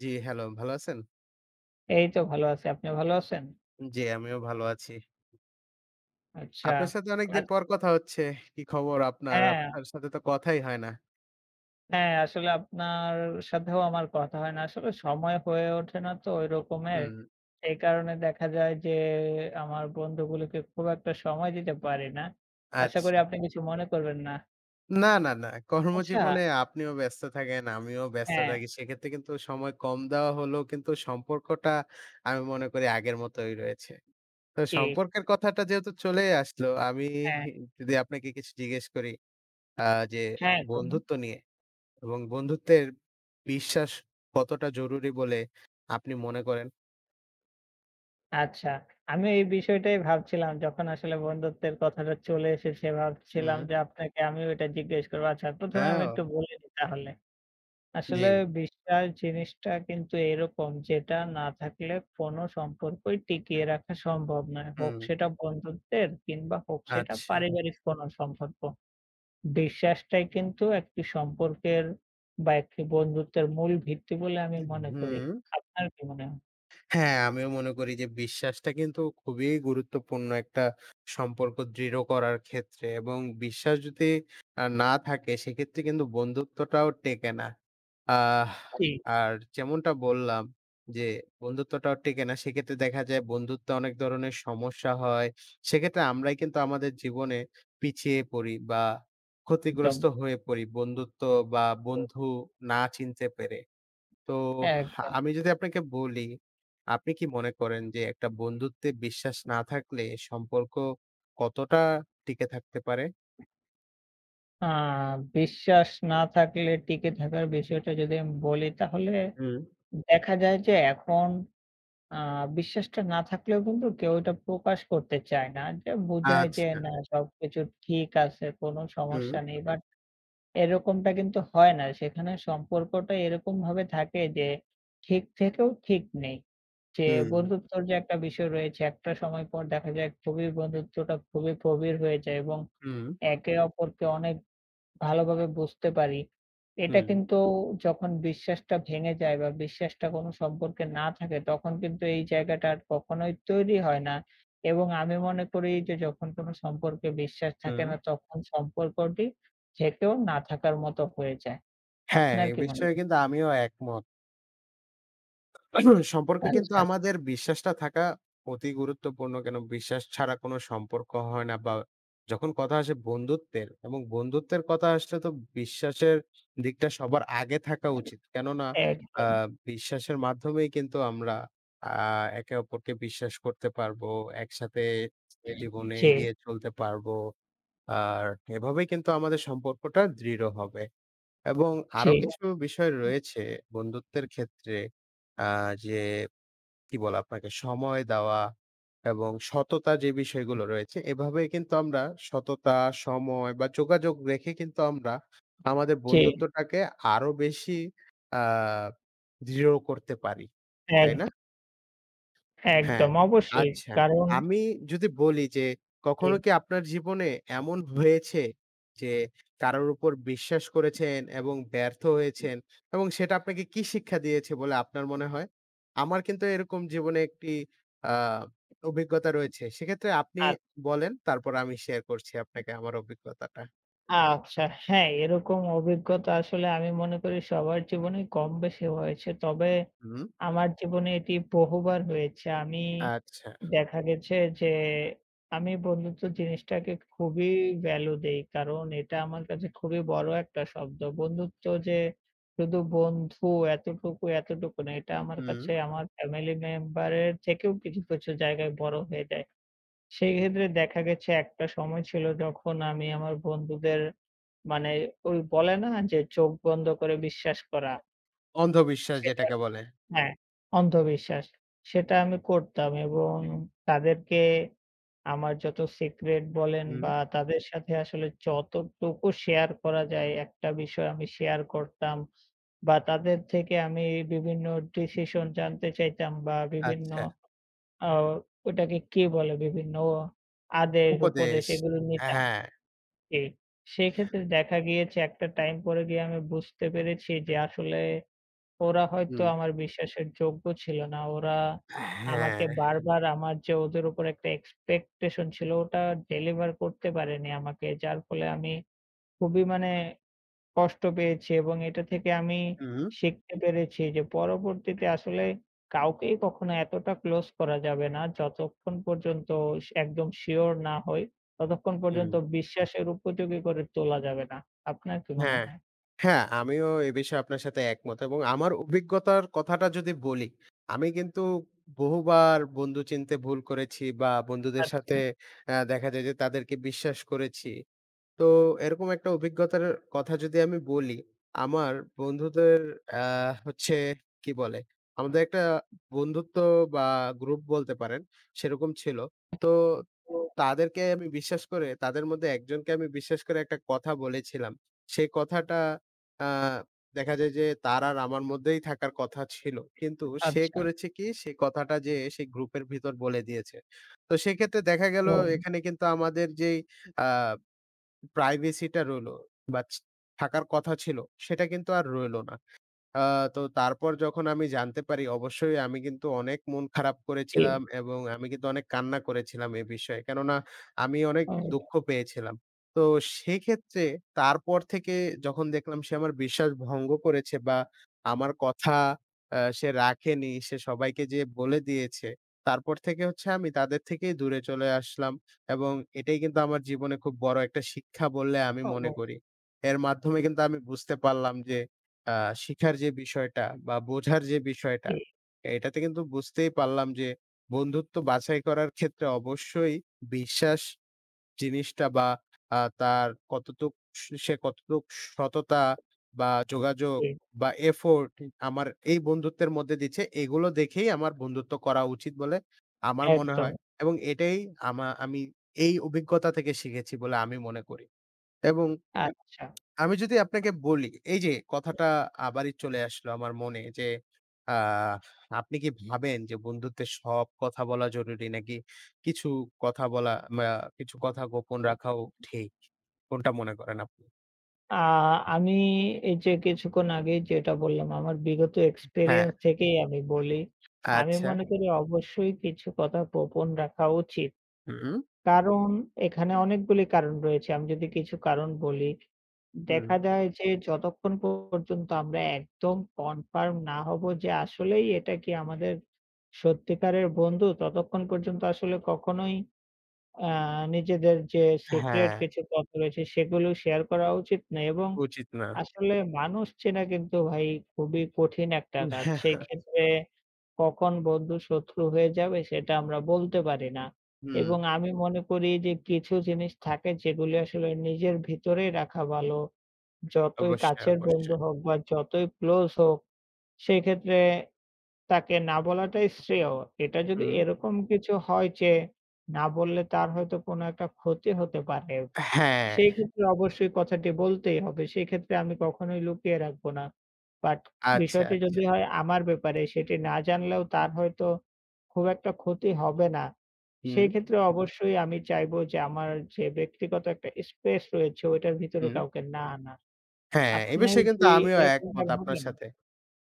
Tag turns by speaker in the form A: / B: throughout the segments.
A: জি, hello, ভালো আছেন?
B: এই তো ভালো আছি। আপনি ভালো আছেন?
A: জি, আমিও ভালো আছি।
B: আচ্ছা।
A: আপনার সাথে
B: আ
A: অনেকদিন
B: আচ্ছা।
A: পর কথা হচ্ছে। কি খবর আপনার?
B: হ্যাঁ,
A: আপনার সাথে তো কথাই হয় না।
B: হ্যাঁ, আসলে আপনার সাথেও আমার কথা হয় না। আসলে সময় হয়ে ওঠে না তো ওই রকমের।
A: হুম,
B: এই কারণে দেখা যায় যে আমার বন্ধুগুলোকে খুব একটা সময় দিতে পারি না। আশা করি
A: আচ্ছা।
B: আপনি কিছু মনে করবেন না।
A: না, না, না।
B: আচ্ছা।
A: কর্মজীবনে আপনিও ব্যস্ত থাকেন, আমিও ব্যস্ত
B: হ্যাঁ।
A: থাকি। সেক্ষেত্রে কিন্তু সময় কম দেওয়া হলেও কিন্তু সম্পর্কটা আমি মনে করি আগের মতোই রয়েছে। তো
B: জি।
A: সম্পর্কের কথাটা যেহেতু চলেই আসলো, আমি
B: হ্যাঁ,
A: যদি আপনাকে কিছু জিজ্ঞেস করি আ যে
B: হ্যাঁ, করুন।
A: বন্ধুত্ব নিয়ে এবং বন্ধুত্বের বিশ্বাস কতটা জরুরি বলে আপনি মনে করেন?
B: আচ্ছা, আমি এই বিষয়টাই ভাবছিলাম যখন আসলে বন্ধুত্বের কথাটা চলে এসেছে, ভাবছিলাম
A: হুম।
B: যে আপনাকে আমিও এটা জিজ্ঞেস করব। আচ্ছা ১ম এ আমি
A: ও!
B: একটু বলে নিই তাহলে।
A: জি।
B: আসলে বিশ্বাস জিনিসটা কিন্তু এরকম, যেটা না থাকলে কোনো সম্পর্কই টিকিয়ে রাখা সম্ভব নয়। হোক
A: হুম।
B: সেটা বন্ধুত্বের কিংবা হোক সেটা
A: আচ্ছা।
B: পারিবারিক কোনো সম্পর্ক। বিশ্বাসটাই কিন্তু একটি সম্পর্কের বা একটি বন্ধুত্বের মূল ভিত্তি বলে আমি মনে করি।
A: হুম।
B: আপনার কি মনে হয়?
A: হ্যাঁ, আমিও মনে করি যে বিশ্বাসটা কিন্তু খুবই গুরুত্বপূর্ণ একটা সম্পর্ক দৃঢ় করার ক্ষেত্রে এবং বিশ্বাস যদি না থাকে সেক্ষেত্রে কিন্তু বন্ধুত্বটাও টেকে না। আহ
B: জি।
A: আর যেমনটা বললাম যে বন্ধুত্বটাও টেকে না। সেক্ষেত্রে দেখা যায় বন্ধুত্বে অনেক ধরনের সমস্যা হয়। সেক্ষেত্রে আমরাই কিন্তু আমাদের জীবনে পিছিয়ে পড়ি বা
B: একদম,
A: ক্ষতিগ্রস্ত হয়ে পড়ি বন্ধুত্ব বা বন্ধু না চিনতে পেরে। তো
B: একদম।
A: আমি যদি আপনাকে বলি, আপনি কি মনে করেন যে একটা বন্ধুত্বে বিশ্বাস না থাকলে সম্পর্ক কতটা টিকে থাকতে পারে?
B: আ বিশ্বাস না থাকলে টিকে থাকার বিষয়টা যদি আমি বলি, তাহলে
A: হুম,
B: দেখা যায় যে এখন আ বিশ্বাসটা না থাকলেও কিন্তু কেউ এটা প্রকাশ করতে চায় না। যে বোঝায় যে
A: আচ্ছা।
B: না, সবকিছু ঠিক আছে, কোনো
A: হুম,
B: সমস্যা নেই। বাট এরকমটা কিন্তু হয় না। সেখানে সম্পর্কটা এরকমভাবে থাকে যে ঠিক থেকেও ঠিক নেই। যে
A: হুম।
B: বন্ধুত্বর যে একটা বিষয় রয়েছে, একটা সময় পর দেখা যায় খুবই বন্ধুত্বটা খুবই গভীর হয়ে যায় এবং
A: হুম,
B: একে অপরকে অনেক ভালোভাবে বুঝতে পারি। এটা
A: হুম,
B: কিন্তু যখন বিশ্বাসটা ভেঙে যায় বা বিশ্বাসটা কোনো সম্পর্কে না থাকে, তখন কিন্তু এই জায়গাটা আর কখনোই তৈরি হয় না। এবং আমি মনে করি যে যখন কোনো সম্পর্কে বিশ্বাস থাকে
A: হুম।
B: না তখন সম্পর্কটি থেকেও না থাকার মতো হয়ে যায়।
A: হ্যাঁ,
B: আপনার
A: এই
B: কি মনে
A: বিষয়ে
B: হয়?
A: কিন্তু আমিও একমত। সম্পর্কে কিন্তু
B: আচ্ছা।
A: আমাদের বিশ্বাসটা থাকা অতি গুরুত্বপূর্ণ। কেন বিশ্বাস ছাড়া কোনো সম্পর্ক হয় না বা যখন কথা আসে বন্ধুত্বের এবং বন্ধুত্বের কথা আসলে তো বিশ্বাসের দিকটা সবার আগে থাকা উচিত। কেননা আ
B: একদম।
A: বিশ্বাসের মাধ্যমেই কিন্তু আমরা আ একে অপরকে বিশ্বাস করতে পারবো। একসাথে জীবনে
B: জি,
A: এগিয়ে চলতে পারবো। আর এভাবেই কিন্তু আমাদের সম্পর্কটা দৃঢ় হবে। এবং
B: জি,
A: আরো কিছু বিষয় রয়েছে বন্ধুত্বের ক্ষেত্রে আ যে কি বলে আপনাকে সময় দেওয়া এবং সততা যে বিষয়গুলো রয়েছে এভাবে কিন্তু আমরা সততা, সময় বা যোগাযোগ রেখে কিন্তু আমরা আমাদের
B: জি,
A: বন্ধুত্বটাকে আরো বেশি আ দৃঢ় করতে পারি। তাই না?
B: একদম,
A: হ্যাঁ,
B: একদম অবশ্যই।
A: আচ্ছা।
B: কারণ
A: আমি যদি বলি যে
B: জি।
A: কখনো কি আপনার জীবনে এমন হয়েছে যে কারোর উপর বিশ্বাস করেছেন এবং ব্যর্থ হয়েছেন এবং সেটা আপনাকে কি শিক্ষা দিয়েছে বলে আপনার মনে হয়? আমার কিন্তু এরকম জীবনে একটি আ অভিজ্ঞতা রয়েছে। সেক্ষেত্রে আপনি
B: আ
A: বলেন, তারপর আমি শেয়ার করছি আপনাকে আমার অভিজ্ঞতাটা।
B: আচ্ছা। হ্যাঁ, এরকম অভিজ্ঞতা আসলে আমি মনে করি সবার জীবনেই কম-বেশি হয়েছে। তবে
A: হুম,
B: আমার জীবনে এটি বহুবার হয়েছে। আমি
A: আচ্ছা।
B: দেখা গেছে যে আমি বন্ধুত্ব জিনিসটাকে খুবই ভ্যালু দেই। কারণ এটা আমার কাছে খুবই বড় একটা শব্দ। বন্ধুত্ব যে শুধু বন্ধু এতটুকু, এতটুকু না। এটা আমার
A: হুম।
B: কাছে আমার ফ্যামিলি মেম্বারের থেকেও কিছু, কিছু জায়গায় বড় হয়ে যায়। সেক্ষেত্রে দেখা গেছে একটা সময় ছিল যখন আমি আমার বন্ধুদের মানে ওই বলে না যে চোখ বন্ধ করে বিশ্বাস করা,
A: অন্ধবিশ্বাস
B: সেটা
A: যেটাকে বলে।
B: হ্যাঁ, অন্ধবিশ্বাস। সেটা আমি করতাম এবং তাদেরকে আমার যত সিক্রেট বলেন
A: হুম।
B: বা তাদের সাথে আসলে যতটুকু শেয়ার করা যায় একটা বিষয় আমি শেয়ার করতাম বা তাদের থেকে আমি বিভিন্ন ডিসিশন জানতে চাইতাম বা বিভিন্ন
A: আচ্ছা।
B: আ ওটাকে কি বলে? বিভিন্ন আদেশ, উপদেশ
A: উপদেশ।
B: এগুলো নিতাম।
A: হ্যাঁ।
B: জি। সেক্ষেত্রে দেখা গিয়েছে একটা টাইম পরে গিয়ে আমি বুঝতে পেরেছি যে আসলে ওরা হয়তো
A: হুম।
B: আমার বিশ্বাসের যোগ্য ছিল না। ওরা আমাকে
A: হ্যাঁ।
B: বারবার আমার যে ওদের উপর একটা এক্সপেকটেশন ছিল ওটা ডেলিভার করতে পারেনি আমাকে। যার ফলে আমি খুবই মানে কষ্ট পেয়েছি এবং এটা থেকে আমি
A: হুম,
B: শিখতে পেরেছি যে পরবর্তীতে আসলে কাউকেই কখনো এতটা ক্লোজ করা যাবে না, যতক্ষণ পর্যন্ত একদম সিওর না হই, ততক্ষণ
A: হুম।
B: পর্যন্ত বিশ্বাসের উপযোগী করে তোলা যাবে না। আপনার কি মনে
A: হ্যাঁ,
B: হয়?
A: হ্যাঁ, আমিও এ বিষয়ে আপনার সাথে একমত এবং আমার অভিজ্ঞতার কথাটা যদি বলি, আমি কিন্তু বহুবার বন্ধু চিনতে ভুল করেছি বা বন্ধুদের সাথে
B: আচ্ছা।
A: দেখা যায় যে তাদেরকে বিশ্বাস করেছি। তো এরকম একটা অভিজ্ঞতার কথা যদি আমি বলি, আমার বন্ধুদের আ হচ্ছে কি বলে? আমাদের একটা বন্ধুত্ব বা গ্রুপ বলতে পারেন, সেরকম ছিল। তো
B: তো
A: তাদেরকে আমি বিশ্বাস করে তাদের মধ্যে একজনকে আমি বিশ্বাস করে একটা কথা বলেছিলাম। সেই কথাটা আ দেখা যায় যে তার আর আমার মধ্যেই থাকার কথা ছিল। কিন্তু সে
B: আচ্ছা।
A: করেছে কি? সেই কথাটা যেয়ে সেই গ্রুপের ভিতর বলে দিয়েছে। তো সেক্ষেত্রে দেখা গেল
B: ও
A: এখানে কিন্তু আমাদের যেই আ প্রাইভেসিটা রইলো বা থাকার কথা ছিল সেটা কিন্তু আর রইলো না। আ তো তারপর যখন আমি জানতে পারি অবশ্যই আমি কিন্তু অনেক মন খারাপ
B: জি।
A: করেছিলাম এবং আমি কিন্তু অনেক কান্না করেছিলাম এ বিষয়ে। কেননা আমি অনেক দুঃখ
B: ও।
A: পেয়েছিলাম। তো সেক্ষেত্রে তারপর থেকে যখন দেখলাম সে আমার বিশ্বাস ভঙ্গ করেছে বা আমার কথা সে রাখেনি, সে সবাইকে যেয়ে বলে দিয়েছে। তারপর থেকে হচ্ছে আমি তাদের থেকেই দূরে চলে আসলাম এবং এটাই কিন্তু আমার জীবনে খুব বড় একটা শিক্ষা বলে আমি মনে
B: ও
A: করি। এর মাধ্যমে কিন্তু আমি বুঝতে পারলাম যে আ শিখার যে বিষয়টা বা বোঝার যে বিষয়টা,
B: জি,
A: এটাতে কিন্তু বুঝতেই পারলাম যে বন্ধুত্ব বাছাই করার ক্ষেত্রে অবশ্যই বিশ্বাস জিনিসটা বা তার কতটুক সে কতটুক সততা বা যোগাযোগ
B: জি।
A: বা এফোর্ট আমার এই বন্ধুত্বের মধ্যে দিচ্ছে, এগুলো দেখেই আমার বন্ধুত্ব করা উচিত বলে আমার মনে
B: একদম।
A: হয় এবং এটাই আমি এই অভিজ্ঞতা থেকে শিখেছি বলে আমি মনে করি এবং
B: আচ্ছা।
A: আমি যদি আপনাকে বলি, এই যে কথাটা আবারই চলে আসলো আমার মনে যে, আ আপনি কি ভাবেন যে বন্ধুত্বের সব কথা বলা জরুরি নাকি কিছু কথা বলা বা কিছু কথা গোপন রাখাও ঠিক? কোনটা মনে করেন আপনি?
B: আ আমি এই যে কিছুক্ষণ আগেই যেটা বললাম, আমার বিগত
A: হ্যাঁ,
B: এক্সপেরিয়েন্স থেকেই আমি বলি। আমি
A: আচ্ছা।
B: মনে করি অবশ্যই কিছু কথা গোপন রাখা উচিত।
A: হুম,
B: কারণ এখানে অনেকগুলি কারণ রয়েছে। আমি যদি কিছু কারণ বলি,
A: হুম।
B: দেখা যায় যে যতক্ষণ পর্যন্ত আমরা একদম কনফার্ম না হব যে আসলেই এটা কি আমাদের সত্যিকারের বন্ধু, ততক্ষণ পর্যন্ত আসলে কখনোই আ নিজেদের যে সিক্রেট
A: হ্যাঁ,
B: কিছু কথা রয়েছে সেগুলো শেয়ার করা উচিত না এবং
A: উচিত না।
B: আসলে মানুষ চেনা কিন্তু ভাই খুবই কঠিন একটা কাজ।
A: হ্যাঁ,
B: সেই ক্ষেত্রে কখন বন্ধু শত্রু হয়ে যাবে সেটা আমরা বলতে পারি না।
A: হুম,
B: এবং আমি মনে করি যে কিছু জিনিস থাকে যেগুলি আসলে নিজের ভিতরেই রাখা ভালো। যতই
A: অবশ্যই,
B: কাছের বন্ধু
A: অবশ্যই।
B: হোক বা যতই ক্লোজ হোক, সেক্ষেত্রে তাকে না বলাটাই শ্রেয়। এটা যদি
A: হুম।
B: এরকম কিছু হয় যে না বললে তার হয়তো কোনো একটা ক্ষতি হতে পারে।
A: হ্যাঁ,
B: সেই ক্ষেত্রে অবশ্যই কথাটি বলতেই হবে। সেক্ষেত্রে আমি কখনোই লুকিয়ে রাখবো না। বাট
A: আচ্ছা,
B: বিষয়টি
A: আচ্ছা।
B: যদি হয় আমার ব্যাপারে, সেটি না জানলেও তার হয়তো খুব একটা ক্ষতি হবে না।
A: হুম,
B: সেই ক্ষেত্রে অবশ্যই আমি চাইবো যে আমার যে ব্যক্তিগত একটা স্পেস রয়েছে ওইটার ভিতরে
A: হুম।
B: কাউকে না আনার।
A: হ্যাঁ, এ
B: আপনিও
A: বিষয়ে কিন্তু
B: কি
A: আমিও
B: এরকমটা
A: একমত আপনার
B: ভাবেন?
A: সাথে।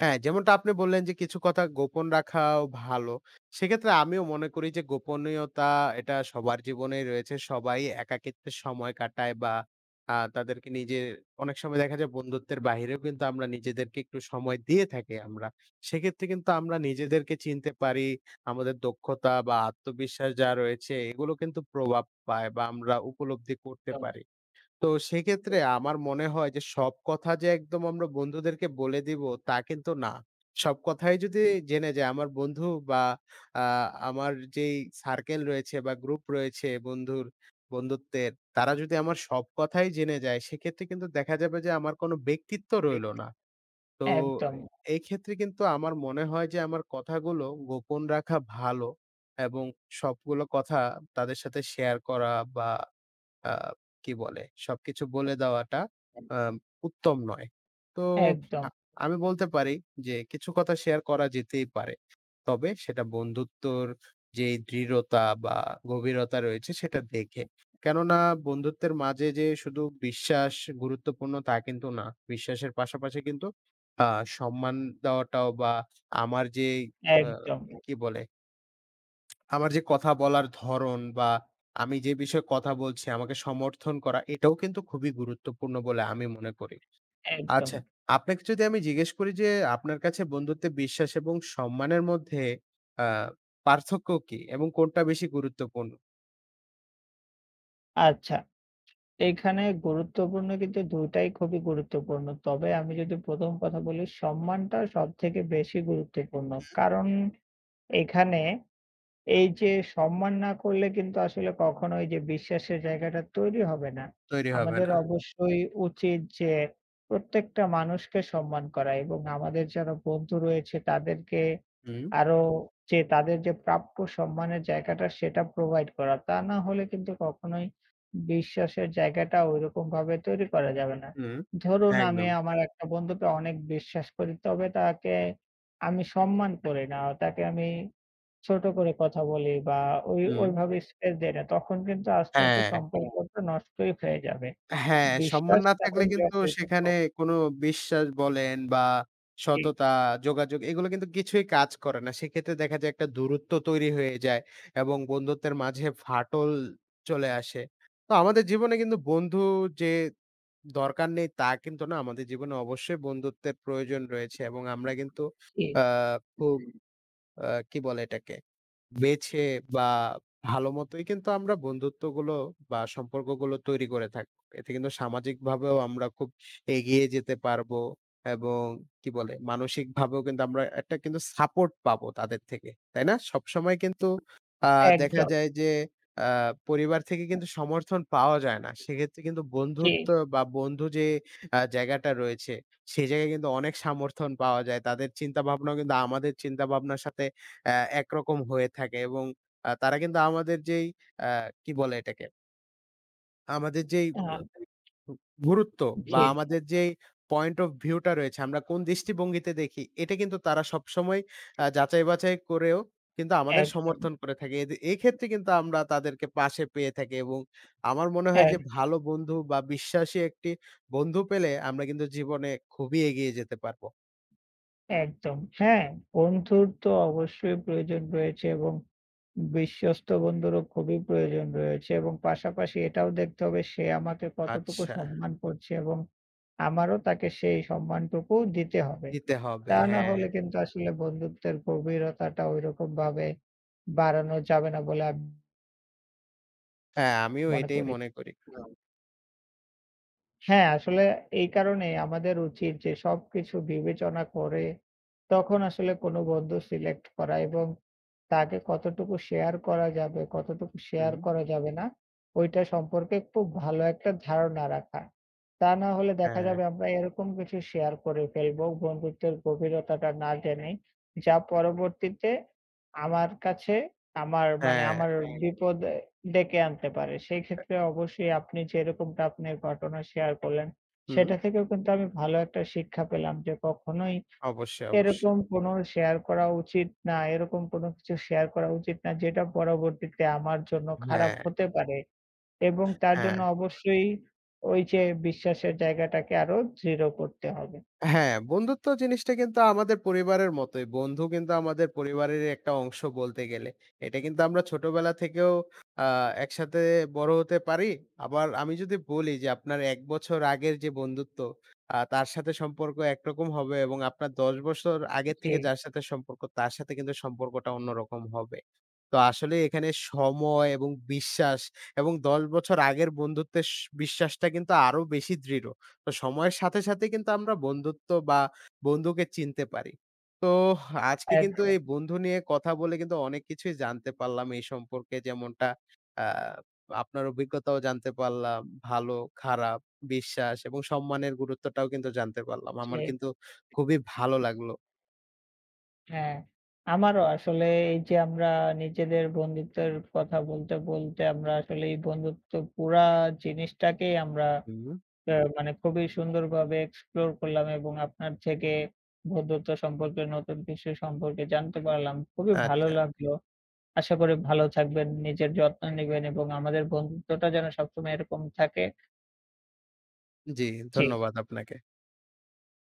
A: হ্যাঁ, যেমনটা আপনি বললেন যে কিছু কথা গোপন রাখাও ভালো। সেক্ষেত্রে আমিও মনে করি যে গোপনীয়তা এটা সবার জীবনেই রয়েছে। সবাই একাকিত্বে সময় কাটায় বা তাদেরকে নিজের অনেক সময় দেখা যায় বন্ধুত্বের বাহিরেও কিন্তু আমরা নিজেদেরকে একটু সময় দিয়ে থাকি আমরা। সেক্ষেত্রে কিন্তু আমরা নিজেদেরকে চিনতে পারি। আমাদের দক্ষতা বা আত্মবিশ্বাস যা রয়েছে এগুলো কিন্তু প্রভাব পায় বা আমরা উপলব্ধি করতে
B: একদম,
A: পারি। তো সেক্ষেত্রে আমার মনে হয় যে সব কথা যে একদম আমরা বন্ধুদেরকে বলে দিব তা কিন্তু না। সব কথাই যদি জেনে যায় আমার বন্ধু বা আ আমার যেই সার্কেল রয়েছে বা গ্রুপ রয়েছে বন্ধুর, বন্ধুত্বের তারা যদি আমার সব কথাই জেনে যায় সেক্ষেত্রে কিন্তু দেখা যাবে যে আমার কোনো ব্যক্তিত্ব রইলো না। তো
B: একদম,
A: এই ক্ষেত্রে কিন্তু আমার মনে হয় যে আমার কথাগুলো গোপন রাখা ভালো এবং সবগুলো কথা তাদের সাথে শেয়ার করা বা আ কি বলে? সবকিছু বলে দেওয়াটা আ উত্তম নয়। তো
B: একদম,
A: আ আমি বলতে পারি যে কিছু কথা শেয়ার করা যেতেই পারে। তবে সেটা বন্ধুত্বর যেই দৃঢ়তা বা গভীরতা রয়েছে সেটা দেখে। কেননা বন্ধুত্বের মাঝে যে শুধু বিশ্বাস গুরুত্বপূর্ণ তা কিন্তু না। বিশ্বাসের পাশাপাশি কিন্তু আ সম্মান দেওয়াটাও বা আমার যেই আ
B: একদম,
A: কি বলে? আমার যে কথা বলার ধরন বা আমি যে বিষয়ে কথা বলছি আমাকে সমর্থন করা এটাও কিন্তু খুবই গুরুত্বপূর্ণ বলে আমি মনে করি।
B: একদম।
A: আচ্ছা, আপনাকে যদি আমি জিজ্ঞেস করি যে আপনার কাছে বন্ধুত্বে বিশ্বাস এবং সম্মানের মধ্যে আ পার্থক্য কি এবং কোনটা বেশি গুরুত্বপূর্ণ?
B: আচ্ছা। এখানে গুরুত্বপূর্ণ কিন্তু ২ টাই খুবই গুরুত্বপূর্ণ। তবে আমি যদি ১ম কথা বলি, সম্মানটা সবথেকে বেশি গুরুত্বপূর্ণ। কারণ এখানে এই যে সম্মান না করলে কিন্তু আসলে কখনো ওই যে বিশ্বাসের জায়গাটা তৈরি হবে না।
A: তৈরি হবে
B: আমাদের
A: না।
B: অবশ্যই উচিত যে প্রত্যেকটা মানুষকে সম্মান করা এবং আমাদের যারা বন্ধু রয়েছে তাদেরকে
A: হুম,
B: আরো যে তাদের যে প্রাপ্য সম্মানের জায়গাটা সেটা প্রোভাইড করা। তা না হলে কিন্তু কখনোই বিশ্বাসের জায়গাটা ঐরকমভাবে তৈরি করা যাবে না।
A: হুম,
B: ধরুন আমি
A: একদম।
B: আমার একটা বন্ধুকে অনেক বিশ্বাস করি তবে তাকে আমি সম্মান করি না। তাকে আমি ছোট করে কথা বলি বা ওই
A: হুম,
B: ওইভাবে স্পেস দেই না। তখন কিন্তু আস্তে, আস্তে হুম।
A: হ্যাঁ।
B: সম্পর্কটা নষ্টই হয়ে যাবে।
A: হ্যাঁ, সম্মান
B: বিশ্বাস
A: না থাকলে
B: এখন
A: কিন্তু
B: যতই একদম।
A: সেখানে
B: হোক
A: কোনো বিশ্বাস বলেন বা
B: জি,
A: সততা, যোগাযোগ এগুলো কিন্তু কিছুই কাজ করে না। সেক্ষেত্রে দেখা যায় একটা দূরত্ব তৈরি হয়ে যায় এবং বন্ধুত্বের মাঝে ফাটল চলে আসে। তো আমাদের জীবনে কিন্তু বন্ধু যে দরকার নেই তা কিন্তু না। আমাদের জীবনে অবশ্যই বন্ধুত্বের প্রয়োজন রয়েছে এবং আমরা কিন্তু
B: জি,
A: আ খুব আ কি বলে এটাকে? বেছে বা ভালো মতোই কিন্তু আমরা বন্ধুত্বগুলো বা সম্পর্কগুলো তৈরি করে থাকবো। এতে কিন্তু সামাজিকভাবেও আমরা খুব এগিয়ে যেতে পারবো এবং কি বলে মানসিকভাবেও কিন্তু আমরা একটা কিন্তু সাপোর্ট পাবো তাদের থেকে। তাই না? সবসময় কিন্তু আ দেখা
B: একদম।
A: যায় যে আ পরিবার থেকে কিন্তু সমর্থন পাওয়া যায় না। সেক্ষেত্রে কিন্তু
B: জি,
A: বন্ধুত্ব বা বন্ধু যে জায়গাটা রয়েছে, সেই জায়গায় কিন্তু অনেক সমর্থন পাওয়া যায়। তাদের চিন্তাভাবনাও কিন্তু আমাদের চিন্তাভাবনার সাথে একরকম হয়ে থাকে এবং তারা কিন্তু আমাদের যেই আ কি বলে এটাকে? আমাদের যেই
B: হ্যাঁ,
A: গু গুরুত্ব বা
B: জি, জি,
A: আমাদের যেই পয়েন্ট অফ ভিউ টা রয়েছে, আমরা কোন দৃষ্টিভঙ্গিতে দেখি, এটা কিন্তু তারা সবসময় যাচাই-বাছাই করেও কিন্তু আমাদের
B: একদম,
A: সমর্থন করে থাকে। এক্ষেত্রে কিন্তু আমরা তাদেরকে পাশে পেয়ে থাকি এবং আমার মনে হয় যে
B: এক
A: ভালো বন্ধু বা বিশ্বাসী একটি বন্ধু পেলে আমরা কিন্তু জীবনে খুবই এগিয়ে যেতে পারবো।
B: একদম। হ্যাঁ, বন্ধুর তো অবশ্যই প্রয়োজন রয়েছে এবং বিশ্বস্ত বন্ধুরও খুবই প্রয়োজন রয়েছে এবং পাশাপাশি এটাও দেখতে হবে সে আমাকে কতটুকু
A: আচ্ছা,
B: সম্মান করছে এবং আমারও তাকে সেই সম্মানটুকু দিতে হবে।
A: দিতে হবে।
B: তা না
A: হ্যাঁ,
B: হলে কিন্তু আসলে বন্ধুত্বের গভীরতাটা ঐরকমভাবে বাড়ানো যাবে না বলে আমি
A: হ্যাঁ আমিও
B: মনে
A: এটাই
B: করি।
A: মনে করি।
B: হ্যাঁ, আসলে এই কারণেই আমাদের উচিত যে সবকিছু বিবেচনা করে তখন আসলে কোনো বন্ধু সিলেক্ট করা এবং তাকে কতটুকু শেয়ার করা যাবে, কতটুকু শেয়ার
A: হুম,
B: করা যাবে না, ওইটা সম্পর্কে খুব ভালো একটা ধারণা রাখা। তা না হলে দেখা
A: হ্যাঁ।
B: যাবে আমরা এরকম কিছু শেয়ার করে ফেলবো বন্ধুত্বের গভীরতাটা না জেনেই, যা পরবর্তীতে আমার কাছে আমার মানে
A: হ্যাঁ।
B: আমার হ্যাঁ। বিপদে ডেকে আনতে পারে। সেই ক্ষেত্রে অবশ্যই আপনি যেরকমটা আপনার ঘটনা শেয়ার করলেন,
A: হুম।
B: সেটা থেকেও কিন্তু আমি ভালো একটা শিক্ষা পেলাম যে কখনোই
A: অবশ্যই, অবশ্যই।
B: এরকম কোনো শেয়ার করা উচিত না, এরকম কোনো কিছু শেয়ার করা উচিত না যেটা পরবর্তীতে আমার জন্য খারাপ
A: হ্যাঁ,
B: হতে পারে এবং তার
A: হ্যাঁ।
B: জন্য অবশ্যই ওই যে বিশ্বাসের জায়গাটাকে আরো দৃঢ় করতে হবে।
A: হ্যাঁ, বন্ধুত্ব জিনিসটা কিন্তু আমাদের পরিবারের মতোই। বন্ধু কিন্তু আমাদের পরিবারেরই একটা অংশ বলতে গেলে। এটা কিন্তু আমরা ছোটবেলা থেকেও আ একসাথে বড় হতে পারি। আবার আমি যদি বলি যে আপনার ১ বছর আগের যে বন্ধুত্ব, তার সাথে সম্পর্ক একরকম হবে এবং আপনার ১০ বছর আগের
B: জি,
A: থেকে যার সাথে সম্পর্ক, তার সাথে কিন্তু সম্পর্কটা অন্যরকম হবে। তো আসলে এখানে সময় এবং বিশ্বাস এবং ১০ বছর আগের বন্ধুত্বের বিশ্বাসটা কিন্তু আরো বেশি দৃঢ়। তো সময়ের সাথে, সাথে কিন্তু আমরা বন্ধুত্ব বা বন্ধুকে চিনতে পারি। তো আজকে কিন্তু
B: একদম।
A: এই বন্ধু নিয়ে কথা বলে কিন্তু অনেক কিছুই জানতে পারলাম এই সম্পর্কে। যেমনটা আ আপনার অভিজ্ঞতাও জানতে পারলাম। ভালো, খারাপ, বিশ্বাস এবং সম্মানের গুরুত্বটাও কিন্তু জানতে পারলাম। আমার
B: জি।
A: কিন্তু খুবই ভালো লাগলো।
B: হ্যাঁ, আমারও আসলে এই যে আমরা নিজেদের বন্ধুত্বের কথা বলতে, বলতে আমরা আসলে এই বন্ধুত্ব পুরা জিনিসটাকেই আমরা
A: হুম।
B: মানে খুবই সুন্দরভাবে এক্সপ্লোর করলাম এবং আপনার থেকে বন্ধুত্ব সম্পর্কে নতুন কিছু সম্পর্কে জানতে পারলাম। খুবই ভালো
A: আচ্ছা।
B: লাগলো। আশা করি ভালো থাকবেন, নিজের যত্ন নিবেন এবং আমাদের বন্ধুত্বটা যেন সবসময় এরকম থাকে।
A: জি,
B: জি।
A: ধন্যবাদ আপনাকে।